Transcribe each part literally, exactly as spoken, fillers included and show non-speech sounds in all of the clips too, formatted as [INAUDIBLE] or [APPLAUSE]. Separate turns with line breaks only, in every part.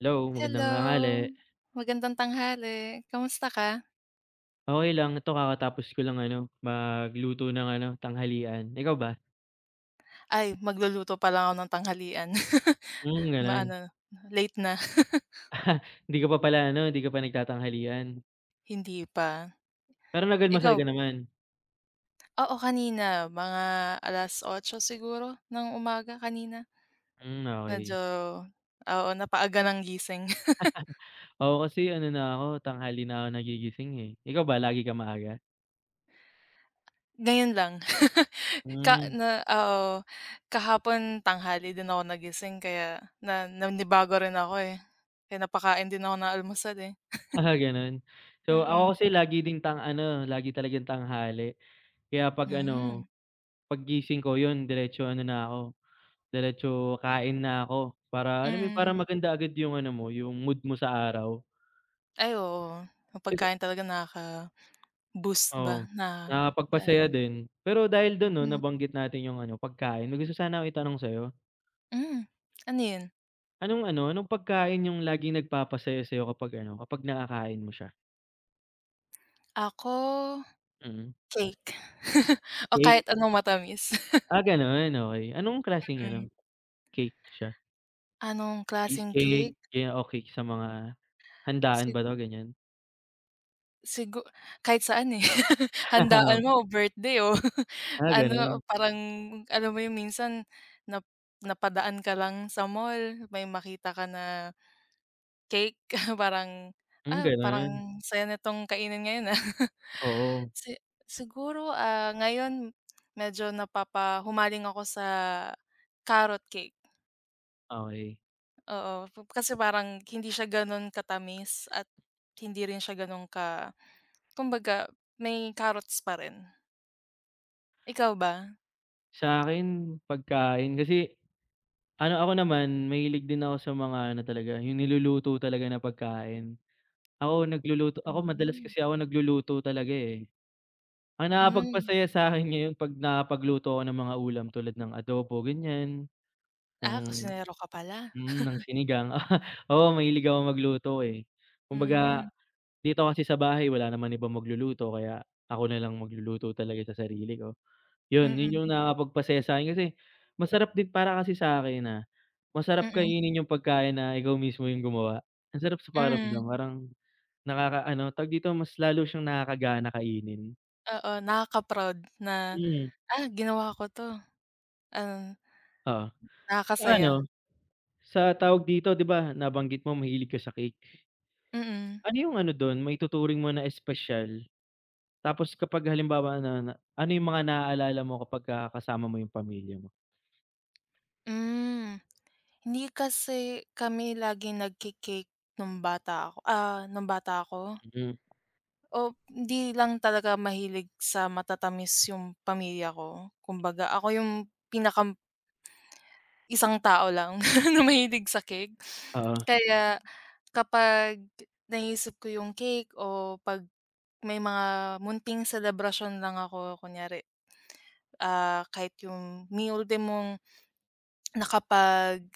Hello, magandang tanghali.
Hello, magandang tanghali. Kamusta ka?
Okey lang, ito kakatapos ko lang ano, magluto ng ano, tanghalian. Ikaw ba?
Ay, magluluto pa lang ako ng tanghalian.
Hmm,
[LAUGHS]
gano'n.
Maano, late na.
Hindi ka pa pala ano, hindi ka pa nagtatanghalian,
[LAUGHS] Hindi pa.
pero nag
Ikaw?
ka naman?
Oo, kanina mga alas otso siguro ng umaga kanina.
Hmm,
Medyo
okey.
oo, napaaga ng gising.
Ako kasi ano na ako, tanghali na ako nagigising, eh. Ikaw ba, lagi ka maaga?
[LAUGHS] Ngayon lang. [LAUGHS] Ka
Hmm,
na oo, kahapon tanghali din ako nagising kaya na nanibago rin ako, eh. Kaya napakain din ako ng almusal, eh.
[LAUGHS] ah, gano'n. So, ako
Mm-mm.
kasi lagi ding tang ano, lagi talagang tanghali. Kaya 'pag ano,
Mm.
paggising ko 'yun diretso ano na ako Diretso kain na ako para
Hmm,
alam mo yun, para
mm.
maganda agad yung ano mo, yung mood mo sa araw.
Ay oo, ang
Ika
pagkain talaga nakaka-boost ba
Oo,
na
nakakapagpasaya
daanan.
din. Pero dahil dun 'no,
Hmm,
nabanggit natin yung ano, pagkain, may gusto sana akong itanong sa'yo.
hmm, ano yun?
Anong ano, anong pagkain yung laging nagpapasaya sa'yo kapag ano, kapag nakakain mo siya?
Ako,
Mm.
cake [LAUGHS] o
Cake?
kahit anong matamis. [LAUGHS]
Ah, gano'n, okey. Anong klaseng ano,
Mm,
cake siya?
anong klaseng
Cheesecake,
cake?
ganyan o cake sa mga handaan
Si
ba 'to, ganyan?
sigu Kahit saan, eh, [LAUGHS] handaan mo o
[LAUGHS]
birthday o [LAUGHS]
Ah, gano'n.
ano, parang alam mo yung minsan nap napadaan ka lang sa mall, may makita ka na cake [LAUGHS] parang,
Hmm,
ah, parang
gano'n.
saya nitong kainin ngayon, ah.
Oo,
Si Siguro, ah, ngayon medyo napapahumaling ako sa carrot cake,
okey.
oo. p- Kasi parang hindi siya gano'n katamis at hindi rin siya gano'n ka, kumbaga may carrots pa rin. Ikaw ba?
Sa'kin pagkain kasi ano ako naman mahilig din ako sa mga ano talaga, yung niluluto talaga na pagkain. Ako nagluluto ako madalas
Hmm,
kasi ako nagluluto talaga, eh. Ang
hmm.
nakakapagpasaya sa'kin ngayon 'pag nakakapagluto ako ng mga ulam tulad ng adobo ganyan,
Ah,
ng
kusinero ka pala.
mm, ng sinigang. [LAUGHS] Oo, mahilig ako magluto, eh. Kumbaga
Hmm,
dito kasi sa bahay wala naman ibang magluluto kaya ako na lang magluluto talaga sa sarili ko. Yun,
mm,
yun yung nakakapagpasaya sa'kin kasi masarap din para kasi sa'kin na masarap
mm,
kainin yung pagkain na ikaw mismo yung gumawa. Ang sarap sa
mm.
pakiramdam parang nakakaano, tawag dito, mas lalo siyang nakakagana kainin.
Oo, nakaka-proud na,
Mm.
"Ah, ginawa ko 'to." Ano,
Oo. Sa ano,
nakakasaya,
sa tawag dito, 'di ba nabanggit mo mahilig ka sa cake.
mm-mm, mm.
Ano yung ano dun maituturing mo na espesyal? Tapos kapag halimbawa na na ano yung mga naaalala mo kapagka kasama mo yung pamilya mo?
Hmm. Hindi kasi kami laging nagke-cake nung bata ako ah, nung bata ako
Mm.
o hindi lang talaga mahilig sa matatamis yung pamilya ko. Kumbaga ako yung pinaka isang tao lang [LAUGHS] na mahilig sa cake.
Oo,
Kaya kapag naisip ko yung cake o 'pag may mga munting celebration lang ako kunyari, ah, kahit yung Mi Ultimong nakapag,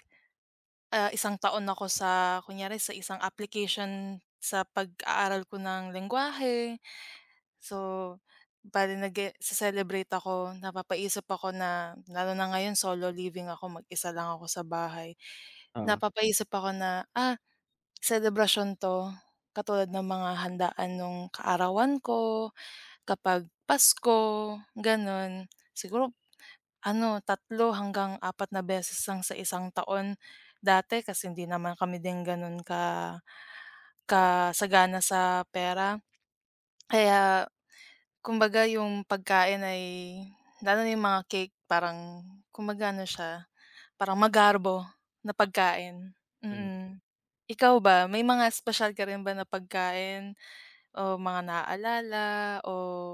ah, isang taon ako sa kunyari sa isang application sa pag-aaral ko ng lengguwahe. So, bale nage celebrate ako, napapaisip ako na lalo na ngayon solo living ako, mag-isa lang ako sa bahay.
oo.
Napapaisip ako na, "Ah, celebration 'to." Katulad ng mga handaan nung kaarawan ko, kapag Pasko, gano'n. Siguro ano, tatlo hanggang apat na beses lang sa isang taon. Dati kasi hindi naman kami din gano'n ka kasagana sa pera. Kaya kumbaga yung pagkain ay lalo na yung mga cake parang kumbaga ano siya, parang magarbo na
Oo.
pagkain,
Mm.
mm. Ikaw ba, may mga special ka rin ba na pagkain o mga naaalala o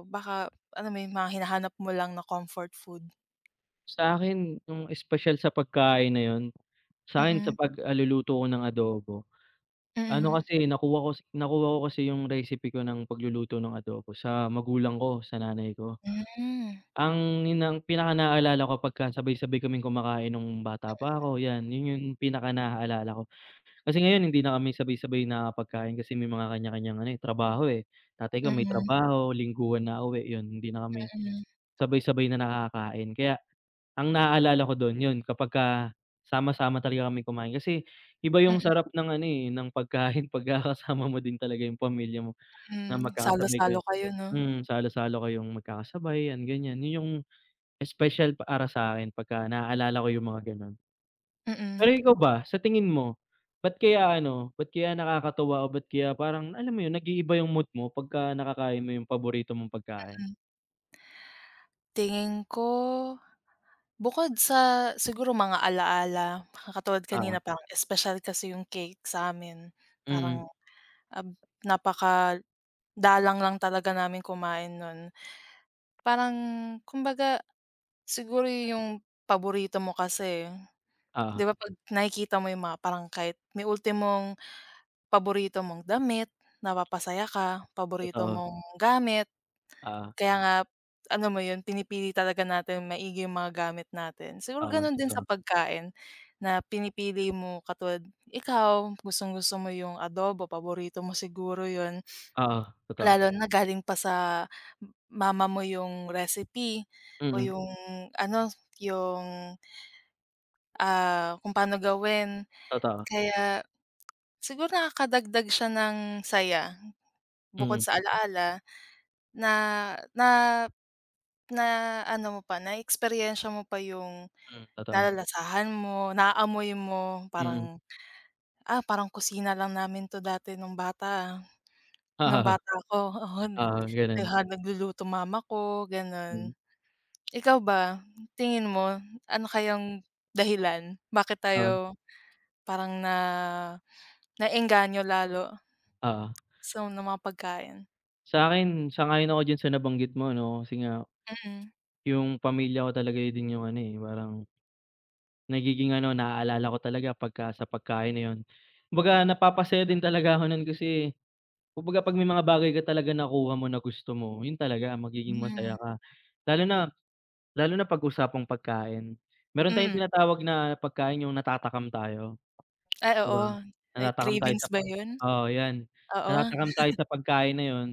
baka ano, may mga hinahanap mo lang na comfort food?
Sa akin yung espesyal sa pagkain na yun, sa'kin sa
Mm,
pagluluto ko ng adobo, ano
mm,
kasi nakuha ko nakuha ko kasi yung recipe ko ng pagluluto ng adobo sa magulang ko, sa nanay ko.
hmm.
Ang yun ang pinaka naalala ko pagka sabay-sabay kaming kumakain nung bata pa ako, 'yan. Yun yung pinaka naaalala ko. Kasi ngayon hindi na kami sabay-sabay nakakapagkain kasi may mga kanya-kanyang ano, eh, trabaho, eh. Tatay ko may
Mm,
trabaho, lingguhan na uwi, yun hindi na kami
mm,
sabay-sabay na nakakain kaya ang naaalala ko don yun kapagka sama-sama talaga kaming kumain kasi iba yung
mm.
sarap ng ano, eh, ng pagkain [LAUGHS] pagka kasama mo din talaga yung pamilya mo na
Mm,
magkakasabay
salo-salo
kayo
kayo 'no?
mm, salo-salo kayong magkakasabay yan, ganyan. Yun yung espesyal para sa'kin pagka naaalala ko yung mga gano'n. Pero
Mm.
ikaw ba, sa tingin mo, ba't kaya ano, ba't kaya nakakatuwa o ba't kaya parang alam mo yun, nag-iiba yung mood mo pagka nakakain mo yung paborito mong pagkain?
Mm. Tingin ko, bukod sa siguro mga alaala, katulad kanina
Oo,
parang espesyal kasi yung cake sa'min.
mm,
Parang, ab napakadalang lang talaga namin kumain nun. Parang kumbaga siguro yung paborito mo kasi,
oo,
'di ba 'pag nakikita mo yung mga parang kahit may ultimong paborito mong damit, napapasaya ka, paborito
totoo.
mong gamit.
Oo,
Kaya nga, ano mo yun, pinipili talaga natin maigi yung mga gamit natin. Siguro
oo,
ganun din sa
totoo.
pagkain na pinipili mo katulad ikaw, gustong-gusto mo yung adobo, paborito mo siguro yun.
Oo, totoo.
Lalo na galing pa sa mama mo yung recipe o
Mm,
yung ano, yung, ah, kung paano gawin.
totoo.
Kaya siguro nakakadagdag siya ng saya bukod
Mm,
sa alaala na na na ano mo pa, na naeksperyensya mo pa yung
mm, totoo.
nalalasahan mo, naaamoy mo,
Mm.
parang, "Ah, parang kusina lang namin 'to dati nung bata, ah, nung
[LAUGHS] Oo,
bata ako." [LAUGHS] Oo, nag
oo, gano'n.
nagha nagluluto mama ko, gano'n.
Mm,
Ikaw ba, tingin mo ano kayang dahilan bakit
oo,
tayo parang na naengganyo lalo
oo.
sa ng mga pagkain?
Sa'kin, sang-ayon ako diyan sa nabanggit mo 'no, kasi nga
Mm.
yung pamilya ko talaga yun din yung ano, eh, parang nagiging ano, naaalala ko talaga pagka sa pagkain na yun. Kumbaga napapasaya din talaga ako nun kasi kumbaga 'pag may mga bagay ka talaga nakuha mo na gusto mo, yun talaga magiging
Hmm,
masaya ka. Lalo na lalo na 'pag usapang pagkain. Meron tayong
mm.
tinatawag na pagkain yung natatakam tayo.
Ay
'Di ba?
oo. Ay
Natatakam tayo
cravings
sa
ba
pa
yun?
oo 'yan,
Oo.
natatakam tayo sa pagkain na 'yun,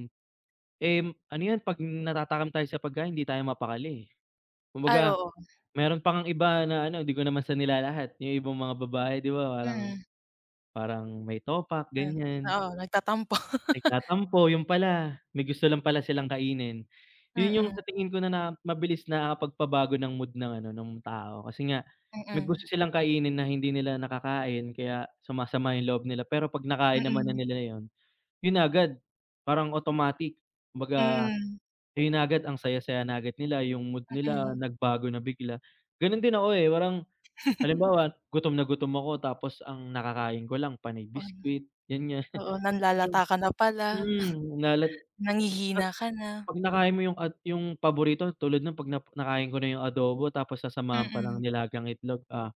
eh, ano 'yun 'pag natatakam tayo sa pagkain hindi tayo mapakali, eh.
Ay
Kumbaga
oo,
meron pa ngang iba na ano, 'di ko naman sa nilalahat, yung ibang mga babae 'di ba parang
mm.
parang may topak
Ayan,
ganiyan,
oo, nagtatampo. [LAUGHS]
nagtatampo, yun pala may gusto lang pala silang kainin. Yun yung
Mm,
sa tingin ko na na mabilis nakakapagpabago ng mood ng ano, ng tao kasi nga may
mm,
gusto silang kainin na hindi nila nakakain kaya sumasama yung loob nila pero 'pag nakain naman na
mm,
nila yun. Yun na agad, parang automatic. Kumbaga,
mm,
hmm, ayun na agad ang saya-saya na agad nila, yung mood nila
mm.
mm, nagbago na bigla. Gano'n din ako, eh, parang
[LAUGHS]
halimbawa gutom na gutom ako tapos ang nakakain ko lang panay
On
biscuit, ganyan.
oo,
Yung
nanlalata ka na pala,
mm, nalat
nanghihina
tas
ka na,
'Pag nakain mo yung at yung paborito tulad nun 'pag nap nakain ko na yung adobo tapos sasamahan pa
mm.
ng nilagang itlog, ah,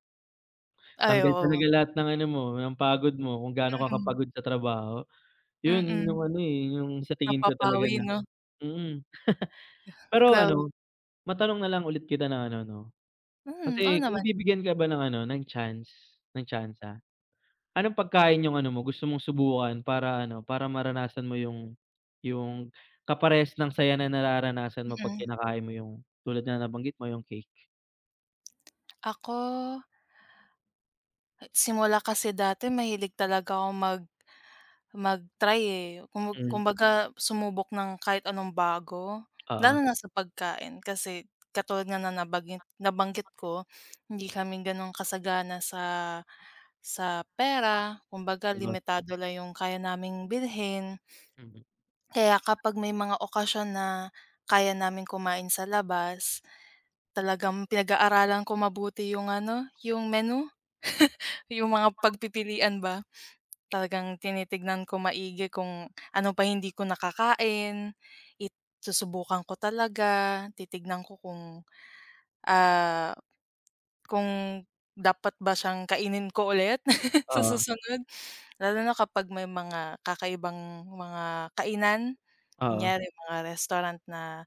Ay,
tanggal
oo,
talaga lahat ng ano mo, ng pagod mo kung gaano ka
mm,
kapagod sa trabaho. Yun, yun
mm,
yung ano, eh, yung sa tingin ko talaga
napapawi
na
'no?
mm. Pero
Grabe,
ano, matanong na lang ulit kita ng ano 'no,
mm, oo
kasi kung
naman,
bibigyan ka ba ng ano, ng chance ng tsansa, anong pagkain yung ano mo, gusto mong subukan para ano, para maranasan mo yung yung kaparehas ng saya na nararanasan mo 'pag
mm.
kinakain mo yung tulad na nabanggit mo yung cake?
Ako, simula kasi dati mahilig talaga akong mag mag-try, eh, kumba
Hmm,
kumbaga sumubok ng kahit anong bago,
oo,
lalo na sa pagkain kasi katulad nga na nabagit nabanggit ko, hindi kami gano'n kasagana sa sa pera, kumbaga
'di ba?
limitado lang yung kaya naming bilhin.
Mm,
Kaya kapag may mga okasyon na kaya namin kumain sa labas, talagang pinag-aaralan ko mabuti yung ano, yung menu, [LAUGHS] yung mga pagpipilian ba. Talagang tinitignan ko maigi kung ano pa hindi ko nakakain, it susubukan ko talaga, titignan ko kung, ah, kung dapat ba siyang kainin ko ulit [LAUGHS] sa
oo,
susunod. Lalo na kapag may mga kakaibang mga kainan,
oo.
kunyari mga restaurant na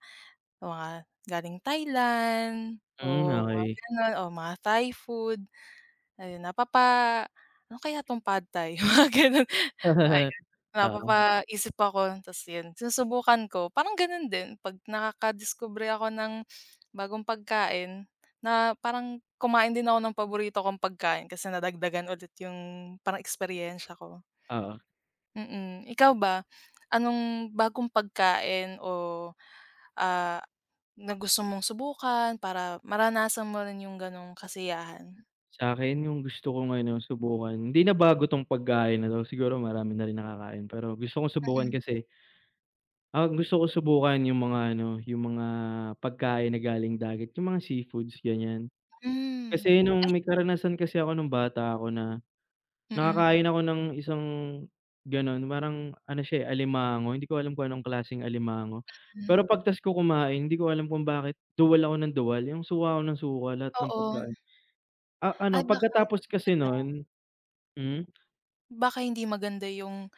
mga galing Thailand
Hmm,
o mga
okey.
gano'n o mga Thai food, ayun napapa ano kaya 'tong pad Thai, [LAUGHS] mga gano'n.
[LAUGHS] Oo,
Napapaisip ako tas yun, sinusubukan ko. Parang ganun din 'pag nakakadiskubre ako ng bagong pagkain na parang kumain din ako ng paborito kong pagkain kasi nadagdagan ulit yung parang eksperyensya ko.
oo.
Mm, ikaw ba, anong bagong pagkain o, ah, na gusto mong subukan para maranasan mo rin yung ganong kasiyahan?
Sa'kin yung gusto kong ano, subukan hindi na bago 'tong pagkain na 'to, siguro marami na rin nakakain, pero gusto kong subukan
Mm,
kasi. Ang gusto ko subukan yung mga ano, yung mga pagkain na galing dagat, yung mga seafoods ganyan.
hmm.
Kasi nung
Ay
may karanasan kasi ako nung bata ako na
mm,
nakakain ako ng isang gano'n, parang ano siya, eh, alimango, hindi ko alam kung anong klaseng alimango.
hmm.
Pero pagtas ko kumain hindi ko alam kung bakit duwal ako ng duwal, yung suka ako ng suka lahat ng
Oo.
pagkain. Ah, ano
Ay baka hindi
pagkatapos kasi
maganda,
nun hmm?
baka hindi maganda yung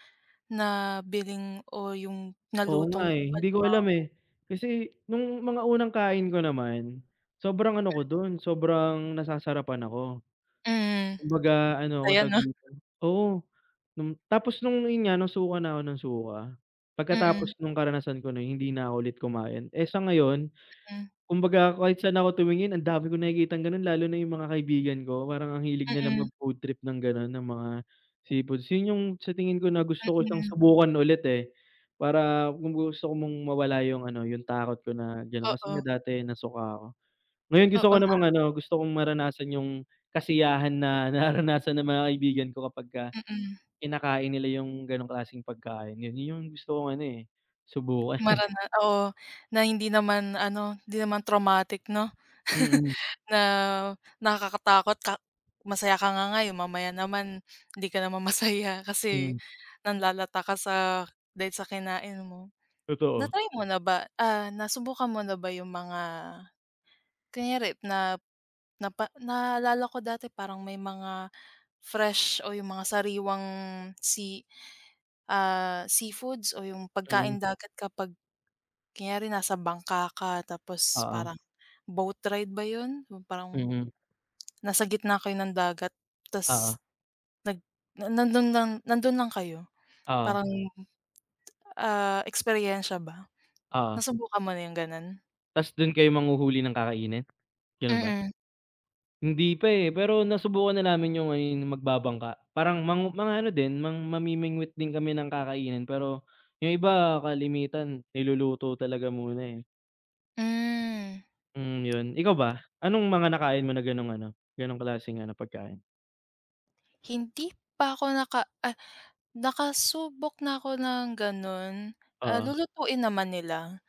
na bilhin o yung
Oo
nalutong
nga, eh, hindi ko
palimang
alam, eh. Kasi nung mga unang kain ko naman, sobrang ano ko dun, sobrang nasasarapan ako.
mm,
Kumbaga ano ako,
saya
tawag
'no?
dito oo, nung tapos nung yun nga, nasuka na ako ng suka.
Mm,
Pagkatapos nung karanasan ko na yun, hindi na ako ulit kumain. Eh, sa ngayon
hmm,
kumbaga kahit saan ako tumingin ang dami ko nakikitang gano'n lalo na yung mga kaibigan ko parang ang hilig nila
mm,
mag-food trip ng gano'n, ng mga seafoods. Yun yung sa tingin ko na gusto ko siyang
mm,
subukan ulit, eh, para kung gusto ko mong mawala yung ano, yung takot ko na gano'n kasi
oo,
nga dati nasuka ako. Ngayon gusto
oo,
ko
na
namang ano, gusto kong maranasan yung kasiyahan na [LAUGHS] naranasan ng mga kaibigan ko kapagka
mm,
kinakain nila yung gano'ng klaseng pagkain. Yun yun yung gusto kong ano, eh, subukan.
marana oo, na hindi naman ano, hindi naman traumatic 'no,
[LAUGHS] Mm,
na nakakatakot ka, masaya ka nga ngayon mamaya naman hindi ka naman [LAUGHS] masaya kasi
mm.
nanlalata ka sa dahil sa kinain mo.
Totoo.
Na-try mo na ba, ah, nasubukan mo na ba yung mga kunyari na, napa naalala ko dati parang may mga fresh o yung mga sariwang sea, ah, seafoods o yung
Mm,
pagkain dagat kapag kunyari nasa bangka ka tapos
oo,
parang boat ride ba yun? Yung parang
mm.
nasa gitna kayo ng dagat tas
Oo,
nag na- nandun lang nandun lang kayo?
oo,
Parang, ah, eksperyensya ba?
oo.
Nasubukan mo na yung ganun?
Tas dun kayo manghuhuli ng kakainin, ganun ba?
Mm.
Hindi pa, eh, pero nasubukan na namin yung ano, yung magbabangka. Parang mang mga ano din, mang mamimingwit din kami ng kakainin pero yung iba kalimitan niluluto talaga muna, eh.
Hmm,
Mm, yun. Ikaw ba, anong mga nakain mo na ganong ano, ganong klaseng ano, pagkain?
hindi pa ako naka nakasubok na ako ng gano'n, ah,
Oo,
lulutuin naman nila.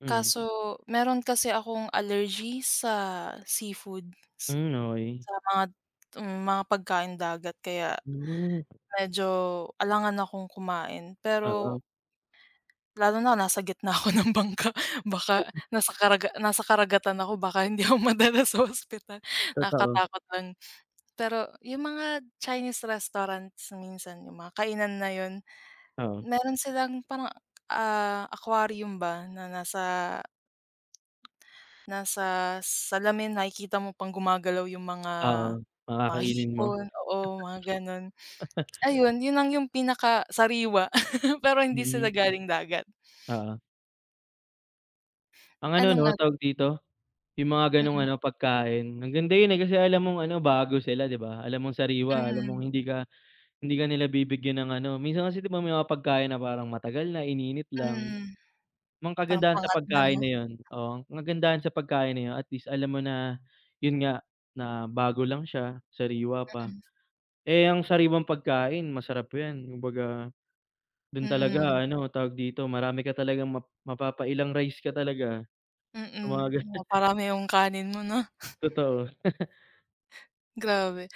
mm.
Kaso meron kasi akong allergy sa seafoods,
Hmm, okey.
sa mga, hmm, mga pagkaing dagat kaya
Hmm,
medyo alangan akong kumain. Pero
oo,
lalo na nasa gitna ako [LAUGHS] ng bangka, baka nasa karaga nasa karagatan ako baka hindi ako madala sa ospital,
totoo.
nakakatakot lang. Pero yung mga Chinese restaurants minsan, yung mga kainan na yun
Oo,
meron silang parang, ah, aquarium ba na nasa nasa salamin nakikita mo pang gumagalaw yung mga
oo, mga
mga
kakainin mo.
hipon, oo, mga gano'n. Ayun, yun lang yung pinakasariwa [LAUGHS] pero hindi sila
Mm,
galing dagat.
oo. Ang ano
Ano nga
'no, tawag dito yung mga gano'ng
mm,
ano, pagkain. Ang ganda yun, eh, kasi alam mong ano, bago sila, 'di ba? Alam mong sariwa, alam mong
mm,
hindi ka hindi ka nila bibigyan ng ano minsan kasi 'di ba may mga pagkain na parang matagal na, ininit lang.
mm,
Ang
parang
kagandahan sa
pangat na
pagkain
'no,
na yun oo, ang kagandahan sa pagkain na yun at least alam mo na, yun nga, na bago lang siya, sariwa pa. Eh, ang sariwang pagkain masarap yan. Kumbaga, dun
mm,
talaga ano, tawag dito, marami ka talagang map mapapailang rice ka talaga,
mm,
sa
mm,
mga ganun
maparami yung kanin mo 'no,
[LAUGHS] totoo.
grabe.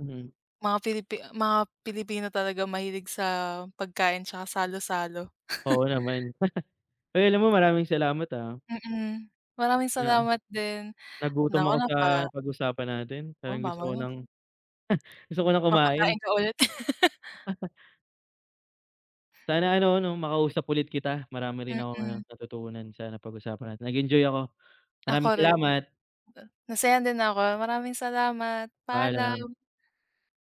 Mm,
Mga Pilipi mga Pilipino talaga mahilig sa pagkain tsaka salo-salo.
oo naman. Uy, alam mo maraming salamat, ah,
Mm. Maraming
na
salamat din.
nagutom
Naku,
ako sa
napa
napag-usapan natin.
oh
Parang gusto ko
mamaya
ng gusto ko ng kumain.
papakain ka ulit.
Sana ano 'no, makausap ulit kita. Marami rin akong ano,
Mm.
natutunan sa napag-usapan natin. Nag-enjoy ako.
Ako
Maraming
rin.
salamat.
Nasaya din ako. Maraming salamat.
Paalam.
Paalam.